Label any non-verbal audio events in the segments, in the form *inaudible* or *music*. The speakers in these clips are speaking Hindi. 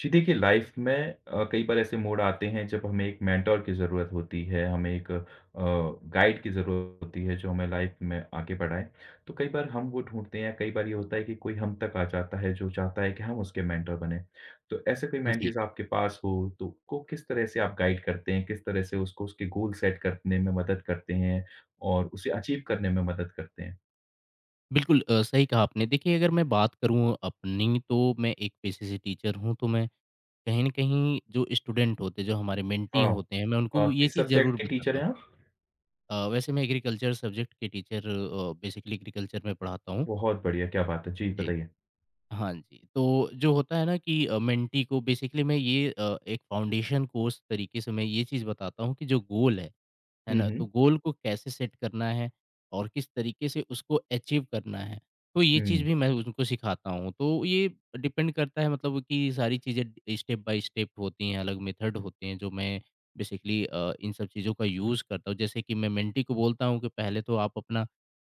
जी देखिए, लाइफ में कई बार ऐसे मोड़ आते हैं जब हमें एक मेंटर की ज़रूरत होती है, हमें एक गाइड की ज़रूरत होती है जो हमें लाइफ में आगे बढ़ाए। तो कई बार हम वो ढूँढते हैं, कई बार ये होता है कि कोई हम तक आ जाता है जो चाहता है कि हम उसके मेंटर बने। तो ऐसे कोई जी, मेंटीज़ आपके पास हो तो को किस तरह से आप गाइड करते हैं? किस तरह से उसको उसके गोल सेट करने में मदद करते हैं और उसे अचीव करने में मदद करते हैं? बिल्कुल सही कहा आपने। देखिए, अगर मैं बात करूँ अपनी, तो मैं एक पेशे से टीचर हूँ, तो मैं कहीं न कहीं जो स्टूडेंट होते हैं, जो हमारे मेंटी हाँ। होते हैं, मैं उनको वो ये किस चीज़ ज़रूर सब्जेक्ट के टीचर बताता हूँ। हैं आप? वैसे मैं एग्रीकल्चर सब्जेक्ट के टीचर बेसिकली एग्रीकल्चर में पढ़ाता हूँ। बहुत बढ़िया, क्या बात है! जी, जी, बताइए। हाँ जी। तो जो होता है ना कि मेंटी को बेसिकली मैं ये एक फाउंडेशन कोर्स तरीके से मैं ये चीज़ बताता हूँ कि जो गोल है हुँ, ना? तो हुँ। गोल को कैसे सेट करना है और किस तरीके से उसको अचीव करना है। तो ये चीज़ हुँ। भी मैं उनको सिखाता हूँ। तो ये डिपेंड करता है मतलब कि सारी चीज़ें स्टेप बाय स्टेप होती हैं, अलग मेथड होते हैं जो मैं बेसिकली इन सब चीज़ों का यूज़ करता हूँ। जैसे कि मैं मेंटी को बोलता हूँ कि पहले तो आप अपना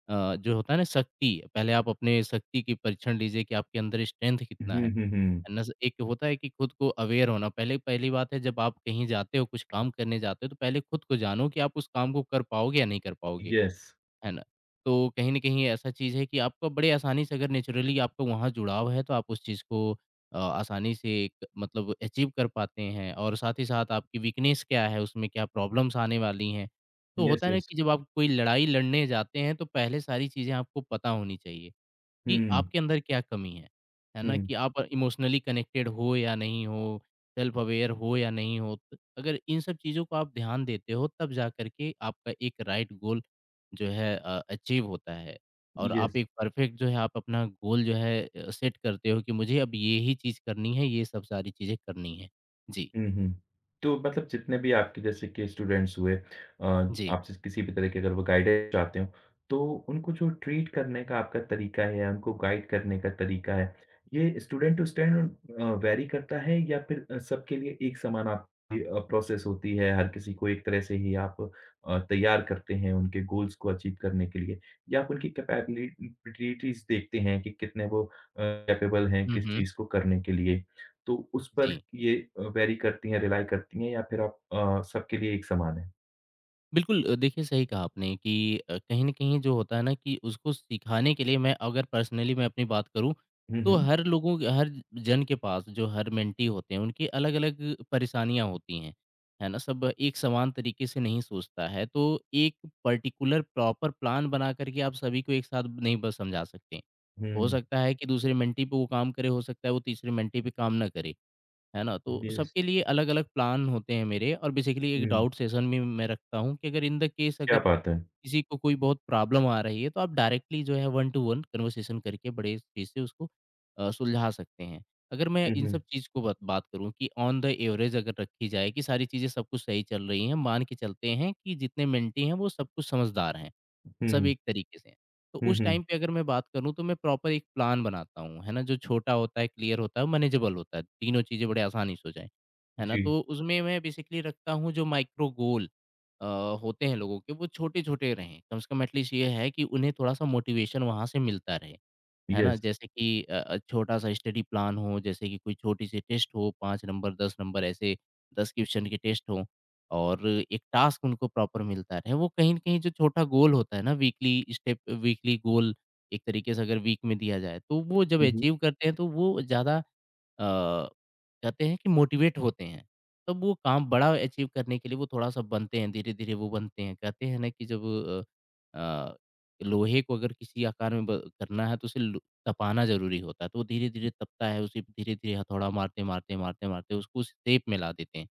जो होता है ना शक्ति, पहले आप अपने शक्ति की परीक्षण लीजिए कि आपके अंदर स्ट्रेंथ Mhm, कितना है। mhm, mhm। नस एक होता है कि खुद को अवेयर होना पहले पहली बात है जब आप कहीं जाते हो कुछ काम करने जाते हो तो पहले खुद को जानो कि आप उस काम को कर पाओगे या नहीं कर पाओगे, Yes। है ना? तो कहीं न कहीं ऐसा चीज़ है कि आपका बड़े आसानी से अगर नेचुरली आपका वहाँ जुड़ाव है तो आप उस चीज़ को आसानी से एक मतलब अचीव कर पाते हैं और साथ ही साथ आपकी वीकनेस क्या है, उसमें क्या प्रॉब्लम्स आने वाली हैं। तो Yes, होता है ना yes। कि जब आप कोई लड़ाई लड़ने जाते हैं तो पहले सारी चीज़ें आपको पता होनी चाहिए। कि Hmm। आपके अंदर क्या कमी है ना? Hmm। कि आप इमोशनली कनेक्टेड हो या नहीं हो, सेल्फ अवेयर हो या नहीं हो। त अगर इन सब चीज़ों को आप ध्यान देते हो तब जा कर के आपका एक राइट गोल जो है अचीव होता है और आप Yes। एक परफेक्ट जो है आप अपना गोल जो है सेट करते हो कि मुझे अब ये ही चीज़ करनी है, ये सब सारी चीज़ें करनी है। जी, हुँ, हुँ। तो मतलब जितने भी आपके जैसे कि स्टूडेंट्स हुए जी। आपसे किसी भी तरह के अगर वो गाइडेंस चाहते हों, तो उनको जो ट्रीट करने का आपका तरीका है, उनको गाइड करने का तरीका है, ये स्टूडेंट टू स्टूडेंट वैरी करता है या फिर सबके लिए एक समान आपकी प्रोसेस होती है? हर किसी को एक तरह से ही आप तैयार करते हैं उनके गोल्स को अचीव करने के लिए या आप उनकी कैपेबिलिटीज़ देखते हैं कि कितने वो कैपेबल हैं हुँ, किस हुँ। चीज़ को करने के लिए? तो उस पर जी। ये वेरी करती हैं, रिलाई करती हैं या फिर आप सबके लिए एक समान है? बिल्कुल देखिए सही कहा आपने कि कहीं न कहीं जो होता है ना कि उसको सिखाने के लिए मैं अगर पर्सनली मैं अपनी बात करूँ, हुँ, तो हुँ। हर लोगों के हर जन के पास जो हर मेंटी होते हैं, उनकी अलग-अलग परेशानियाँ होती हैं, है ना? सब एक समान तरीके से नहीं सोचता है, तो एक पर्टिकुलर प्रॉपर प्लान बना कर के आप सभी को एक साथ नहीं बस समझा सकते। हो हुँ, सकता है कि दूसरे मेंटी पे वो काम करे, हो सकता है वो तीसरे मेंटी पे काम ना करे। है ना? तो येस। सबके लिए अलग-अलग प्लान होते हैं मेरे और बेसिकली एक हुँ, डाउट सेशन भी मैं रखता हूँ कि अगर इन द केस अगर क्या बात है! किसी को कोई बहुत प्रॉब्लम आ रही है, तो आप डायरेक्टली जो है वन टू वन कन्वर्सेशन करके बड़े तेज़ी से उसको सुलझा सकते हैं। अगर मैं हुँ, इन हुँ, सब चीज़ को बत बात करूँ कि ऑन द एवरेज अगर रखी जाए कि सारी चीज़ें सब कुछ सही चल रही हैं, मान के चलते हैं कि जितने मेंटी हैं वो सब कुछ समझदार हैं। सब हुँ, एक तरीके से हैं। तो हुँ, उस हुँ, टाइम पे अगर मैं बात करूँ तो मैं प्रॉपर एक प्लान बनाता हूँ, है ना? जो छोटा होता है, क्लियर होता है, मैनेजेबल होता है, तीनों चीज़ें बड़े आसानी से हो जाएँ, है ना? जी, तो उसमें मैं बेसिकली रखता हूँ जो माइक्रो गोल अ, होते हैं लोगों के वो छोटे-छोटे रहें, कम से कम एटलीस्ट ये है कि उन्हें थोड़ा-सा मोटिवेशन वहाँ से मिलता रहे। है ना? येस। जैसे कि छोटा-सा स्टडी प्लान हो, जैसे कि कोई छोटी-सी टेस्ट हो, 5 नंबर, 10 नंबर ऐसे 10 क्वेश्चन के टेस्ट हों और एक टास्क उनको प्रॉपर मिलता रहे। वो कहीं न कहीं जो छोटा गोल होता है ना वीकली स्टेप वीकली गोल एक तरीके से अगर वीक में दिया जाए, तो वो जब हुँ, हुँ, अचीव करते हैं तो वो ज़्यादा अ, कहते हैं कि मोटिवेट होते हैं। तब वो काम बड़ा अचीव करने के लिए वो थोड़ा-सा बनते हैं, धीरे-धीरे वो बनते हैं। कहते हैं ना कि जब अ अ, लोहे को अगर किसी आकार में ब करना है तो उसे लु तपाना ज़रूरी होता है, तो वो धीरे-धीरे तपता है, उसे धीरे-धीरे हथौड़ा मारते, मारते, मारते, मारते उसको उस शेप में ला देते हैं।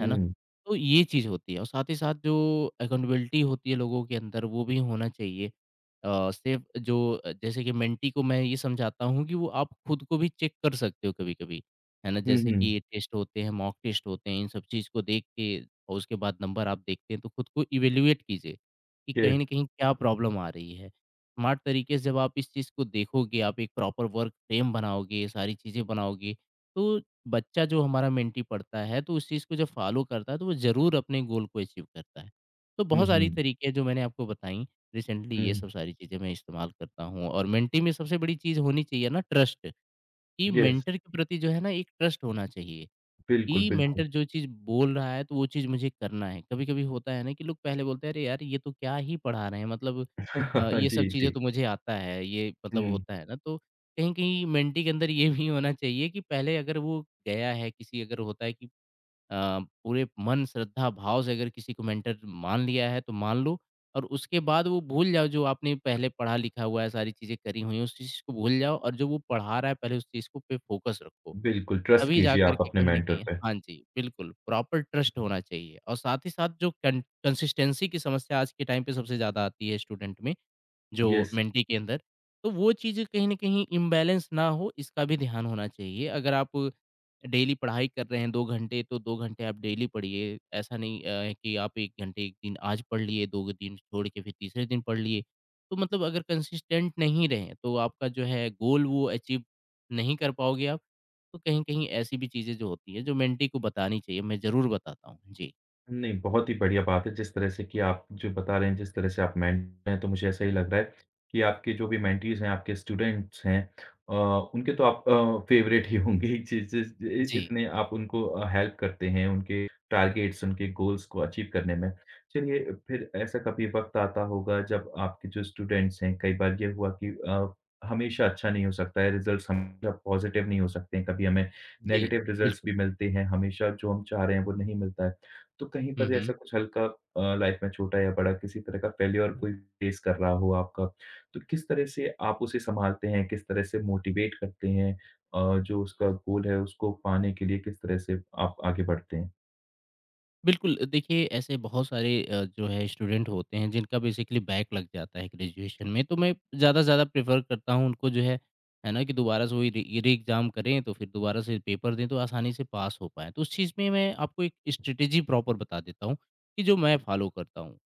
है ना? तो ये चीज़ होती है और साथ ही साथ जो अकाउंटेबिलिटी होती है लोगों के अंदर वो भी होना चाहिए। सिर्फ़ जो जैसे कि मेंटी को मैं ये समझाता हूँ कि वो आप खुद को भी चेक कर सकते हो कभी-कभी, है ना? हुँ, जैसे हुँ, कि टेस्ट होते हैं, मॉक टेस्ट होते हैं, इन सब चीज़ को देख के और उसके बाद नंबर आप देखते हैं तो खुद को इवैल्यूएट कीजिए, कि कहीं येस। न कहीं क्या प्रॉब्लम आ रही है। स्मार्ट तरीके से जब आप इस चीज़ को देखोगे, आप एक प्रॉपर वर्क फ्रेम बनाओगे, ये सारी चीज़ें बनाओगे, तो बच्चा जो हमारा मेंटी पढ़ता है, तो उस चीज़ को जब फ़ॉलो करता है, तो वो ज़रूर अपने गोल को अचीव करता है। तो हुँ, बहुत सारी हुँ, तरीके हैं जो मैंने आपको बताई, रिसेंटली ये हुँ, सब सारी चीज़ें मैं इस्तेमाल करता हूँ और मेंटी में सबसे बड़ी चीज़ होनी चाहिए ना ट्रस्ट, कि येस, मेंटर के प्रति जो है ना एक ट्रस्ट होना चाहिए। बिल्कुल, कि बिल्कुल। मेंटर जो चीज़ बोल रहा है, तो वो चीज़ मुझे करना है। कभी-कभी होता है ना कि लोग पहले बोलते हैं, "अरे यार, ये तो क्या ही पढ़ा रहे हैं, मतलब *laughs* ये सब जी, चीज़ें जी। तो मुझे आता है।" ये मतलब हुँ, होता है ना, तो कहीं-कहीं मेंटी के अंदर ये भी होना चाहिए कि पहले अगर वो गया है, किसी अगर होता है कि पूरे मन, श्रद्धा, भाव से अगर किसी को मेंटर मान लिया है, तो मान लो और उसके बाद वो भूल जाओ जो आपने पहले पढ़ा लिखा हुआ है, सारी चीज़ें करी हुई हैं, उस चीज़ को भूल जाओ और जो वो पढ़ा रहा है, पहले उस चीज़ को पे फ़ोकस रखो। बिल्कुल, ट्रस्ट तभी कीजिए जाकर आप के अपने कहीं न मेंटर कहीं पे। हाँ जी, बिल्कुल प्रॉपर ट्रस्ट होना चाहिए और साथ ही साथ जो कन कंसिस्टेंसी की समस्या आज के टाइम पे सबसे ज़्यादा आती है स्टूडेंट में जो येस। मेंटी के अंदर। तो वो चीज़ें कहीं न कहीं इम्बैलेंस ना हो इसका भी ध्यान होना चाहिए। अगर आप डेली पढ़ाई कर रहे हैं 2 घंटे तो 2 घंटे आप डेली पढ़िए। ऐसा नहीं है कि आप 1 घंटे 1 दिन आज पढ़ लिए, 2 दिन छोड़ के फिर तीसरे दिन पढ़ लिए। तो मतलब अगर कंसिस्टेंट नहीं रहे तो आपका जो है गोल वो अचीव नहीं कर पाओगे आप। तो कहीं-कहीं ऐसी भी चीज़ें जो होती हैं जो मेंटी को बतानी चाहिए। मैं ज़रूर बताता हूँ। जी। नहीं, बहुत ही बढ़िया बात है, जिस तरह से कि आप जो बता रहे हैं, जिस तरह से आप मेंटर हैं, तो मुझे ऐसा ही लग रहा है कि आपके जो भी मेंटीज़ हैं, आपके स्टूडेंट्स हैं अ, उनके तो आप फ़ेवरेट ही होंगे ही, जिस जिस इ जी, इतने आप उनको हेल्प करते हैं, उनके टारगेट्स, उनके गोल्स को अचीव करने में। चलिए, फिर ऐसा कभी वक़्त आता होगा जब आपके जो स्टूडेंट्स हैं, कई बार ये हुआ कि हमेशा अच्छा नहीं हो सकता है, रिज़ल्ट्स हमेशा पॉज़िटिव नहीं हो सकते हैं, कभी हमें जी। नेगेटिव रिज़ल्ट्स बिल्कुल। भी मिलते हैं, हमेशा जो हम चाह रहे हैं, वो नहीं मिलता है। तो कहीं हुँ, पर हुँ। जैसा कुछ हल्का लाइफ में छोटा या बड़ा किसी तरह का फेल्योर कोई फेस कर रहा हो आपका, तो किस तरह से आप उसे सँभालते हैं? किस तरह से मोटिवेट करते हैं? जो उसका गोल है उसको पाने के लिए किस तरह से आप आगे बढ़ते हैं? बिल्कुल, देखिए ऐसे बहुत सारे जो है स्टूडेंट होते हैं जिनका बेसिकली बैक लग जाता है ग्रेजुएशन में, तो मैं ज़्यादा से ज़्यादा प्रेफ़र करता हूँ उनको जो है ना? कि दोबारा से वही री री एग्ज़ाम करें तो फिर दोबारा से पेपर दें तो आसानी से पास हो पाएँ। तो उस चीज़ में मैं आपको एक स्ट्रैटेजी प्रॉपर बता देता हूँ कि जो मैं फ़ॉलो करता हूँ।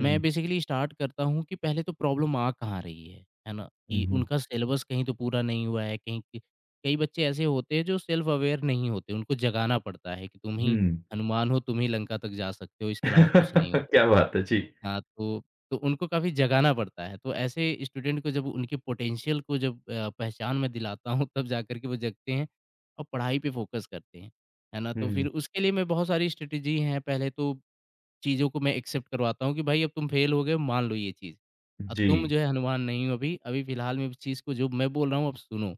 मैं बेसिकली स्टार्ट करता हूँ कि पहले तो प्रॉब्लम आ कहाँ रही है ना? हुँ, कि हुँ, उनका सिलेबस कहीं तो पूरा नहीं हुआ है, कहीं क कई बच्चे ऐसे होते हैं जो सेल्फ़ अवेयर नहीं होते, उनको जगाना पड़ता है कि तुम ही हुँ। हनुमान हो तुम ही लंका तक जा सकते हो, *laughs* इसके अलावा कुछ नहीं हो क्या बात सकता। है! जी। हाँ, तो उनको काफ़ी जगाना पड़ता है, तो ऐसे स्टूडेंट को जब उनके पोटेंशियल को जब पहचान मैं दिलाता हूँ तब जाकर के वो जगते हैं और पढ़ाई पे फ़ोकस करते हैं, है ना? तो हुँ, फिर उसके लिए मैं बहुत सारी स्ट्रेटेजी हैं, पहले तो चीज़ों को मैं एक्सेप्ट करवाता हूँ कि भाई अब तुम फेल हो गए, मान लो ये चीज़। अब तुम जी। जो है हनुमान नहीं हो अभी, अभी फ़िलहाल में इस चीज़ को जो मैं बोल रहा हूँ, अब सुनो।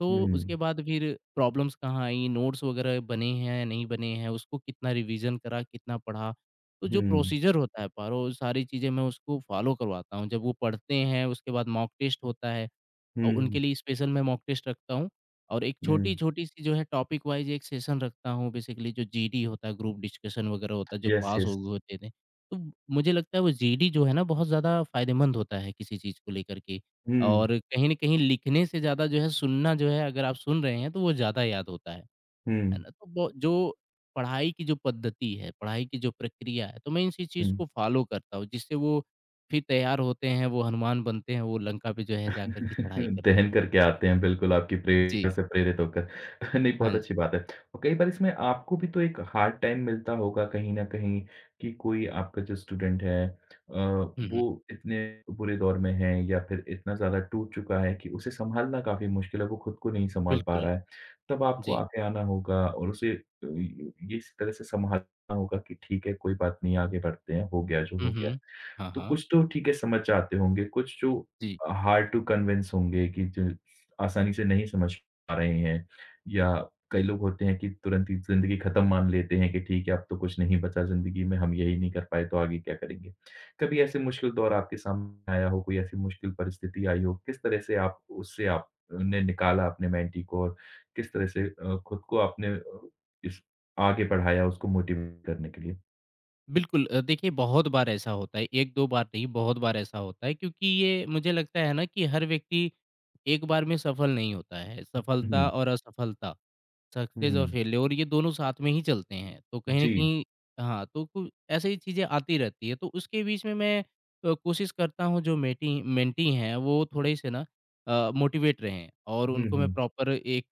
तो उसके हुँ, बाद फिर प्रॉब्लम्स कहाँ आई, नोट्स वगैरह बने हैं, नहीं बने हैं, उसको कितना रिवीज़न करा, कितना पढ़ा। तो जो हुँ, प्रोसीजर होता है पारो, सारी चीज़ें मैं उसको फ़ॉलो करवाता हूँ। जब वो पढ़ते हैं, उसके बाद मॉक टेस्ट होता है। और उनके हुँ, लिए स्पेशल मैं मॉक टेस्ट रखता हूँ और एक हुँ। छोटी-छोटी सी जो है टॉपिक वाइज़ एक सेशन रखता हूँ बेसिकली जो जीडी होता है ग्रुप डिस्कशन वगैरह होता है जो यस, पास यस। हो गए होते थे। तो मुझे लगता है वो जीडी जो है ना बहुत ज़्यादा फ़ायदेमंद होता है किसी चीज़ को लेकर के हुँ, और कहीं न कहीं लिखने से ज़्यादा जो है सुनना जो है अगर आप सुन रहे हैं तो वो ज़्यादा याद होता है। है हुँ, ना? तो वो जो पढ़ाई की जो पद्धति है, पढ़ाई की जो प्रक्रिया है तो मैं इसी चीज़ हुँ। को फ़ॉलो करता हूँ जिससे वो फिर तैयार होते हैं, वो हनुमान बनते हैं, वो लंका पे जो है जा कर के *laughs* चढ़ाई करते दहन हैं। करके आते हैं, बिल्कुल आपकी प्रेरणा जी, से प्रेरित होकर। *laughs* नहीं, हाँ बहुत जी। अच्छी बात है। और कई बार इसमें आपको भी तो एक हार्ड टाइम मिलता होगा कहीं न कहीं कि कोई आपका जो स्टूडेंट है हुँ, हुँ, वो इतने बुरे दौर में है या फिर इतना ज़्यादा टूट चुका है कि उसे सँभालना काफ़ी मुश्किल है, वो खुद को नहीं सँभाल पा बिल्कुल, रहा है। तब आपको जी। आगे आना होगा और उसे ये इस तरह से सँभालना होगा कि ठीक है, कोई बात नहीं, आगे बढ़ते हैं, हो गया जो हुँ, हो गया। हुँ। हाँ, तो हाँ, कुछ तो ठीक है समझ जाते होंगे, कुछ जो जी। हार्ड टू कन्विंस होंगे कि जो आसानी से नहीं समझ पा रहे हैं या कई लोग होते हैं कि तुरंत ही ज़िंदगी ख़त्म मान लेते हैं कि ठीक है, अब तो कुछ नहीं बचा ज़िंदगी में, हम यही नहीं कर पाए तो आगे क्या करेंगे? कभी ऐसे मुश्किल दौर आपके सामने आया हो, कोई ऐसी मुश्किल परिस्थिति आई हो, किस तरह से आप उससे आप ने निकाला अपने मेंटी को और किस तरह से खुद को आपने इस आगे बढ़ाया उसको मोटिवेट करने के लिए? बिल्कुल देखिए बहुत बार ऐसा होता है, 1-2 बार नहीं बहुत बार ऐसा होता है क्योंकि ये मुझे लगता है ना कि हर व्यक्ति एक बार में सफल नहीं होता है, सफलता हुँ, और असफलता सक्सेस और हुँ, फेलियर और ये दोनों साथ में ही चलते हैं। तो कहीं न जी। कहीं हाँ, तो कु ऐसे ही चीज़ें आती रहती है। तो उसके बीच में मैं कोशिश करता हूँ जो मेटी मेंटी हैं वो थोड़े से ना मोटिवेट रहें और हुँ, उनको मैं हुँ, प्रॉपर एक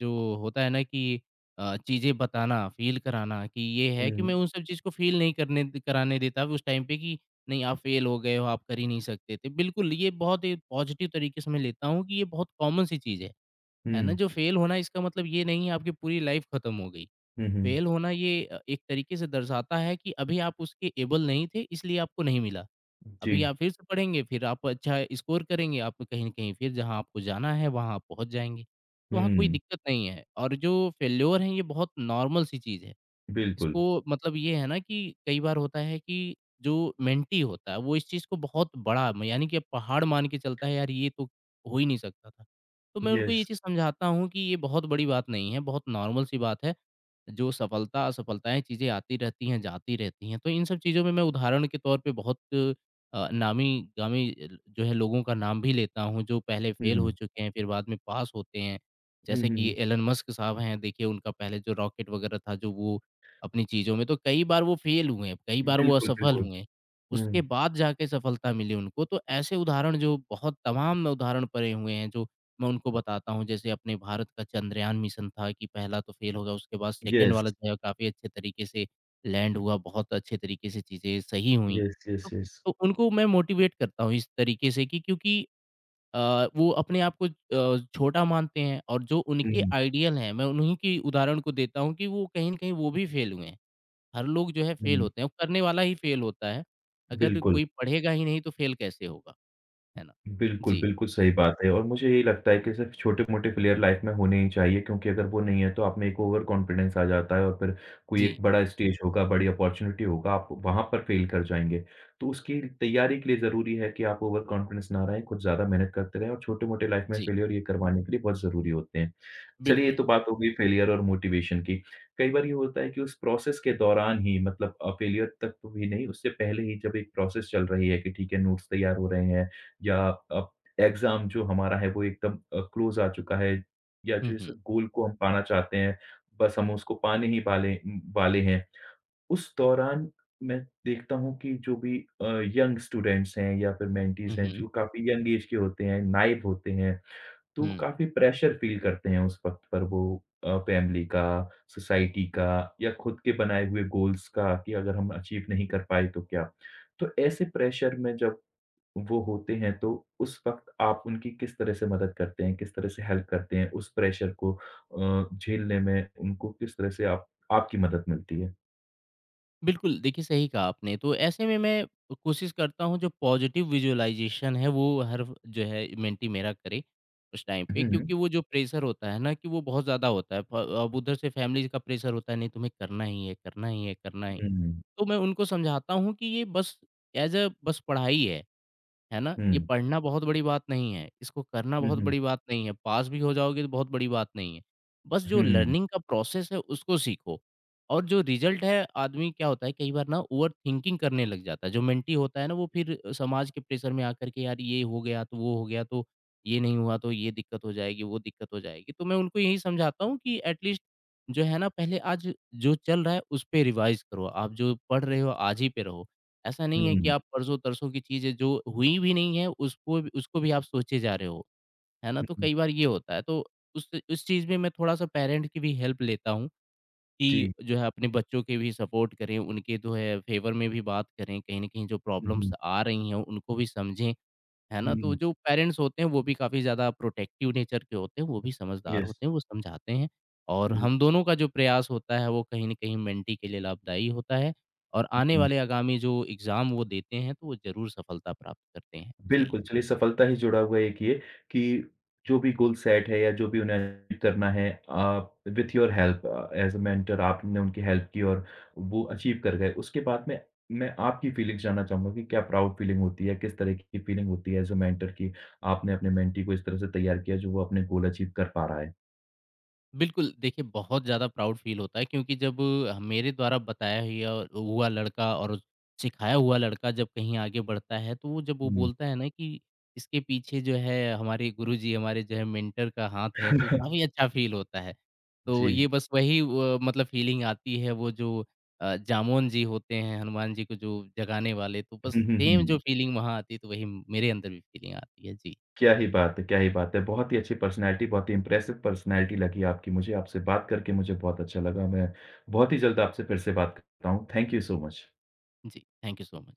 जो होता है ना कि चीज़ें बताना, फ़ील कराना कि ये है हुँ, कि मैं उन सब चीज़ को फ़ील नहीं करने द कराने देता उस टाइम पे कि नहीं आप फेल हो गए हो, आप कर ही नहीं सकते थे। बिल्कुल, ये बहुत ही पॉज़िटिव तरीके से मैं लेता हूँ कि ये बहुत कॉमन सी चीज़ है। है ना? हुँ, जो फेल होना इसका मतलब ये नहीं है आपकी पूरी लाइफ खत्म हो गई। हुँ, हुँ, फेल होना ये एक तरीके से दर्शाता है कि अभी आप उसके एबल नहीं थे इसलिए आपको नहीं मिला। जी। अभी आप फिर से पढ़ेंगे, फिर आप अच्छा स्कोर करेंगे, आप कहीं न कहीं फिर जहाँ आपको जाना है वहाँ आप पहुँच जाएँगे। तो वहाँ कोई हुँ, दिक्कत नहीं है और जो फेल्योर है ये बहुत नॉर्मल सी चीज़ है। बिल्कुल। इसको मतलब ये है ना कि कई बार होता है कि जो मेंटी होता है, वो इस चीज़ को बहुत बड़ा म यानी कि पहाड़ मान के चलता है, यार ये तो हो ही नहीं सकता था। तो मैं उनको ये यस। चीज़ समझाता हूँ कि ये बहुत बड़ी बात नहीं है, बहुत नॉर्मल सी बात है। जो सफलता असफलताएँ चीज़ें आती रहती हैं, जाती रहती हैं। तो इन सब चीज़ों में मैं उदाहरण के तौर पे बहुत नामी-गामी जो है लोगों का नाम भी लेता हूँ, जो पहले फेल हो हुँ। चुके हैं, फिर बाद में पास होते हैं। हुँ, जैसे कि हुँ। एलन मस्क साहब हैं, देखिए उनका पहले जो रॉकेट वगैरह था, जो वो अपनी चीज़ों में तो कई बार वो फेल हुए हैं, कई बार वो बिल्कुल, असफल बिल्कुल। हुए हैं। हुँ। उसके बाद जाके सफलता मिली उनको, तो ऐसे उदाहरण जो बहुत तमाम उदाहरण पड़े हुए हैं, जो मैं उनको बताता हूँ जैसे अपने भारत का चंद्रयान मिशन था कि पहला तो फ़ेल हो गया उसके बाद सेकंड यस। वाला जो है काफ़ी अच्छे तरीके से लैंड हुआ, बहुत अच्छे तरीके से चीज़ें सही हुई। यस, यस, तो यस। तो उनको मैं मोटिवेट करता हूँ इस तरीके से कि क्योंकि वो अपने आप को छोटा मानते हैं और जो उनके हुँ, आइडियल हैं मैं उन्हीं की उदाहरण को देता हूँ कि वो कहीं न कहीं वो भी फ़ेल हुए हैं। हर लोग जो है फ़ेल हुँ। होते हैं, करने वाला ही फ़ेल होता है। अगर बिल्कुल। कोई पढ़ेगा ही नहीं तो फ़ेल कैसे होगा, है ना? बिल्कुल, जी, बिल्कुल सही बात है और मुझे यही लगता है कि सिर्फ़ छोटे-मोटे प्लेयर लाइफ़ में होने ही चाहिए क्योंकि अगर वो नहीं है तो आप में एक ओवर कॉन्फिडेंस आ जाता है और फिर कोई जी, एक बड़ा स्टेज होगा, बड़ी अपॉर्च्युनिटी होगा, आप वहाँ पर फ़ेल कर जाएँगे। तो उसकी तैयारी के लिए ज़रूरी है कि आप ओवर कॉन्फिडेंस ना रहें, कुछ ज़्यादा मेहनत करते रहें और छोटे-मोटे लाइफ़ में जी, फ़ेलियर ये करवाने के लिए बहुत ज़रूरी होते हैं। चलिए ये बिल्कुल। तो बात हो गई फ़ेलियर और मोटिवेशन की। कई बार ये होता है कि उस प्रोसेस के दौरान ही मतलब फ़ेलियर तक तो भी नहीं, उससे पहले ही जब एक प्रोसेस चल रही है कि ठीक है नोट्स तैयार हो रहे हैं या अब एग्ज़ाम जो हमारा है वो एकदम क्लोज़ आ चुका है या हुँ, जो इस हुँ। गोल को हम पाना चाहते हैं, बस हम उसको पाने ही वाले वाले हैं। उस दौरान मैं देखता हूँ कि जो भी यंग स्टूडेंट्स हैं या फिर हुँ, मेंटीज़ हैं हुँ। जो काफ़ी यंग एज के होते हैं, नाइब होते हैं, तो हुँ। काफ़ी प्रेशर फ़ील करते हैं उस वक़्त पर वो फैमिली का, सोसाइटी का या खुद के बनाए हुए गोल्स का कि अगर हम अचीव नहीं कर पाए तो क्या? तो ऐसे प्रेशर में जब वो होते हैं, तो उस वक़्त आप उनकी किस तरह से मदद करते हैं? किस तरह से हेल्प करते हैं? उस प्रेशर को झेलने में उनको किस तरह से आप आपकी मदद मिलती है? बिल्कुल, देखिए सही कहा आपने। तो ऐसे में मैं कोशिश करता हूँ जो पॉज़िटिव विज़ुअलाइज़ेशन है वो हर जो है मेंटी मेरा करे उस टाइम पे हुँ, हुँ। क्योंकि वो जो प्रेशर होता है ना कि वो बहुत ज़्यादा होता है। प अब उधर से फैमिली का प्रेशर होता है नहीं तुम्हें करना ही है, करना ही है, करना ही हुँ, तो मैं उनको समझाता हूँ कि ये बस ऐज़ अ बस पढ़ाई है। है ना? ये हुँ, पढ़ना बहुत बड़ी बात नहीं है, इसको करना हुँ, बहुत हुँ, बड़ी बात नहीं है, पास भी हो जाओगे तो बहुत बड़ी बात नहीं है। बस जो हुँ, लर्निंग का प्रोसेस है उसको सीखो और जो रिज़ल्ट है आदमी क्या होता है कई बार ना ओवरथिंकिंग करने लग जाता है, जो मेंटी होता है ना वो फिर समाज के प्रेशर में आकर के यार ये हो गया तो वो हो गया तो ये नहीं हुआ तो ये दिक्कत हो जाएगी, वो दिक्कत हो जाएगी। तो मैं उनको यही समझाता हूँ कि एट लीस्ट जो है ना पहले आज जो चल रहा है उस पे रिवाइज़ करो, आप जो पढ़ रहे हो आज ही पे रहो। ऐसा नहीं है कि हुँ, आप परसों-तरसों की चीज़ें जो हुई भी नहीं है उसको भी आप सोचे जा रहे हो, है ना? तो हुँ, कई बार ये होता है तो उस चीज़ में मैं थोड़ा-सा पेरेंट की भी हेल्प लेता हूँ कि जी। जो है अपने बच्चों के भी सपोर्ट करें, उनके जो है फ़ेवर में भी बात करें, कहीं न कहीं जो हुँ, प्रॉब्लम्स हुँ, आ रही हैं उनको भी समझें। है ना? तो हुँ, जो पेरेंट्स होते हैं वो भी काफ़ी ज़्यादा प्रोटेक्टिव नेचर के होते हैं, वो भी समझदार यस। होते हैं, वो समझाते हैं और हुँ, हम दोनों का जो प्रयास होता है वो कहीं न कहीं मेंटी के लिए लाभदायी होता है और आने हुँ। वाले आगामी जो एग्ज़ाम वो देते हैं तो वो ज़रूर सफलता प्राप्त करते हैं। जी। बिल्कुल, चलिए सफलता ही जुड़ा हुआ एक ये कि जो भी गोल सेट है या जो भी उन्हें अचीव करना है आप with your help as a mentor आपने उनकी हेल्प की और वो अचीव कर गए। उसके बाद में मैं आपकी फीलिंग्स जानना चाहूँगा कि क्या प्राउड फीलिंग होती है? किस तरह की फीलिंग होती है एज़ अ मेंटर कि आपने अपने मेंटी को इस तरह से तैयार किया जो वो अपने गोल अचीव कर पा रहा है? बिल्कुल, देखिए बहुत ज़्यादा प्राउड फ़ील होता है क्योंकि जब मेरे द्वारा बताया हिया हुआ लड़का और सिखाया हुआ लड़का जब कहीं आगे बढ़ता है, तो वो जब वो हुँ। बोलता है ना कि इसके पीछे जो है हमारे गुरुजी, हमारे जो है मेंटर का हाथ है, तो काफ़ी अच्छा *laughs* फ़ील होता है। तो जी। ये बस वही व मतलब फ़ीलिंग आती है वो जो जामोन जी होते हैं, हनुमान जी को जो जगाने वाले, तो बस हुँ, हुँ, सेम जो हुँ। फ़ीलिंग वहाँ आती है, तो वही मेरे अंदर भी फ़ीलिंग आती है। जी, क्या ही बात है, क्या ही बात है। बहुत ही अच्छी पर्सनैलिटी, बहुत ही इम्प्रेसिव पर्सनैलिटी लगी आपकी मुझे। आपसे बात करके मुझे बहुत अच्छा लगा। मैं बहुत ही जल्द आपसे फिर से बात करता हूँ। Thank you so much. जी, थैंक यू सो मच।